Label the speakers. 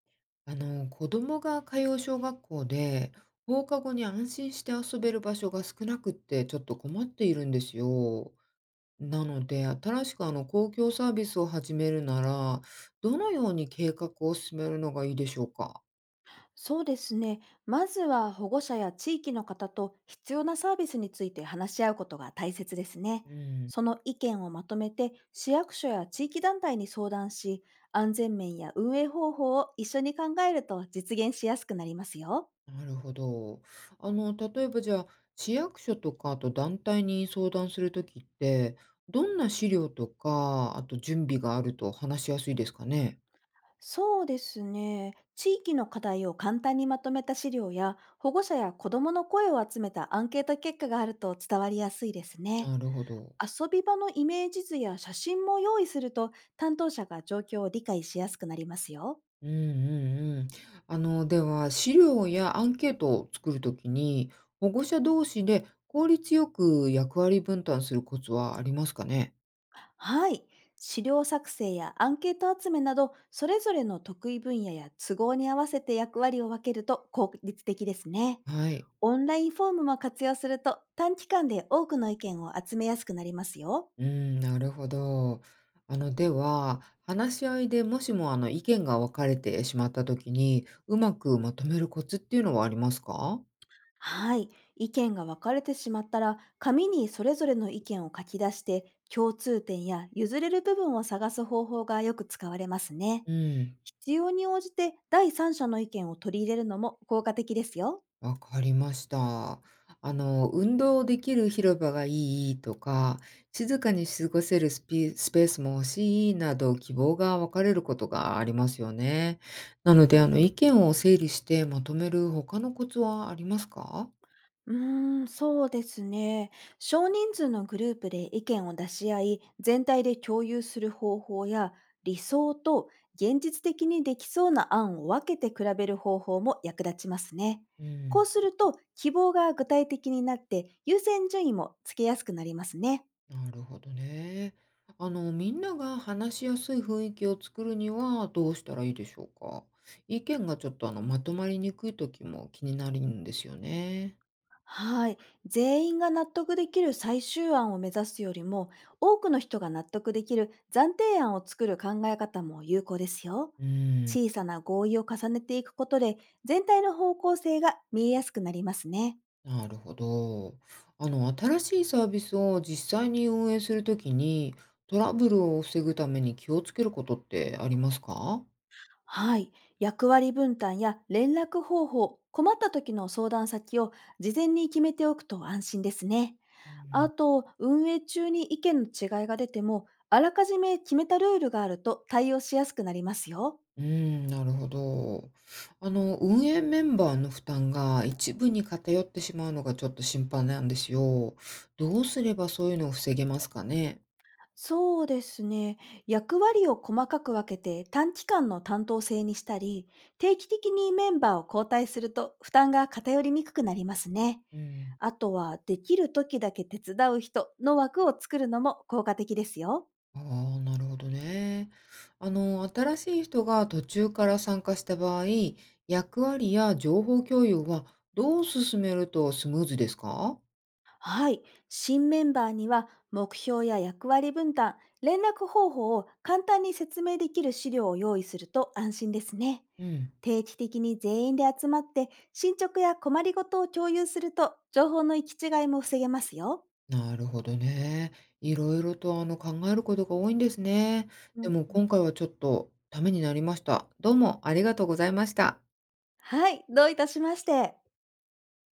Speaker 1: 子供が通う小学校で、放課後に安心して遊べる場所が少なくってちょっと困っているんですよ。なので、新しく公共サービスを始めるなら、どのように計画を進めるのがいいでしょうか。
Speaker 2: そうですね。まずは保護者や地域の方と必要なサービスについて話し合うことが大切ですね。
Speaker 1: うん、
Speaker 2: その意見をまとめて市役所や地域団体に相談し、安全面や運営方法を一緒に考えると実現しやすくなりますよ。
Speaker 1: なるほど。例えばじゃあ、市役所とかあと団体に相談するときって、どんな資料とか、あと準備があると話しやすいですかね。
Speaker 2: そうですね。地域の課題を簡単にまとめた資料や保護者や子どもの声を集めたアンケート結果があると伝わりやすいですね。
Speaker 1: なるほど。
Speaker 2: 遊び場のイメージ図や写真も用意すると担当者が状況を理解しやすくなりますよ。
Speaker 1: うんうんうん。では、資料やアンケートを作るときに、保護者同士で効率よく役割分担するコツはありますかね。
Speaker 2: はい。資料作成やアンケート集めなど、それぞれの得意分野や都合に合わせて役割を分けると効率的ですね。
Speaker 1: はい。
Speaker 2: オンラインフォームも活用すると短期間で多くの意見を集めやすくなりますよ。
Speaker 1: うん、なるほど。では、話し合いでもしも意見が分かれてしまったときに、うまくまとめるコツっていうのはありますか。
Speaker 2: はい。意見が分かれてしまったら、紙にそれぞれの意見を書き出して、共通点や譲れる部分を探す方法がよく使われますね。
Speaker 1: うん。
Speaker 2: 必要に応じて第三者の意見を取り入れるのも効果的ですよ。
Speaker 1: わかりました。運動できる広場がいいとか、静かに過ごせるスピスペースも欲しいなど希望が分かれることがありますよね。なので、意見を整理してまとめる他のコツはありますか。
Speaker 2: そうですね。少人数のグループで意見を出し合い、全体で共有する方法や、理想と現実的にできそうな案を分けて比べる方法も役立ちますね。
Speaker 1: う
Speaker 2: こう
Speaker 1: ん、
Speaker 2: すると、希望が具体的になって、優先順位もつけやすくなりますね。
Speaker 1: なるほどね。みんなが話しやすい雰囲気を作るにはどうしたらいいでしょうか。意見がちょっとまとまりにくい時も気になるんですよね。
Speaker 2: はい。全員が納得できる最終案を目指すよりも、多くの人が納得できる暫定案を作る考え方も有効ですよ。
Speaker 1: うん。
Speaker 2: 小さな合意を重ねていくことで、全体の方向性が見えやすくなりますね。
Speaker 1: なるほど。新しいサービスを実際に運営するときに、トラブルを防ぐために気をつけることってありますか。
Speaker 2: はい。役割分担や連絡方法、困った時の相談先を事前に決めておくと安心ですね。
Speaker 1: う
Speaker 2: あ
Speaker 1: ん、
Speaker 2: と、運営中に意見の違いが出ても、あらかじめ決めたルールがあると対応しやすくなりますよ。
Speaker 1: うん、なるほど。運営メンバーの負担が一部に偏ってしまうのがちょっと心配なんですよ。どうすればそういうのを防げますかね。
Speaker 2: そうですね。役割を細かく分けて短期間の担当制にしたり、定期的にメンバーを交代すると負担が偏りにくくなりますね。
Speaker 1: うん。
Speaker 2: あとは、できる時だけ手伝う人の枠を作るのも効果的ですよ。
Speaker 1: ああ、なるほどね。新しい人が途中から参加した場合、役割や情報共有はどう進めるとスムーズですか。
Speaker 2: はい。新メンバーには目標や役割分担、連絡方法を簡単に説明できる資料を用意すると安心ですね。
Speaker 1: うん。
Speaker 2: 定期的に全員で集まって進捗や困りごとを共有すると情報の行き違いも防げますよ。
Speaker 1: なるほどね。いろいろと考えることが多いんですね。
Speaker 2: う
Speaker 1: で
Speaker 2: ん。
Speaker 1: も今回はちょっとためになりました。どうもありがとうございました。
Speaker 2: はい。どういたしまして。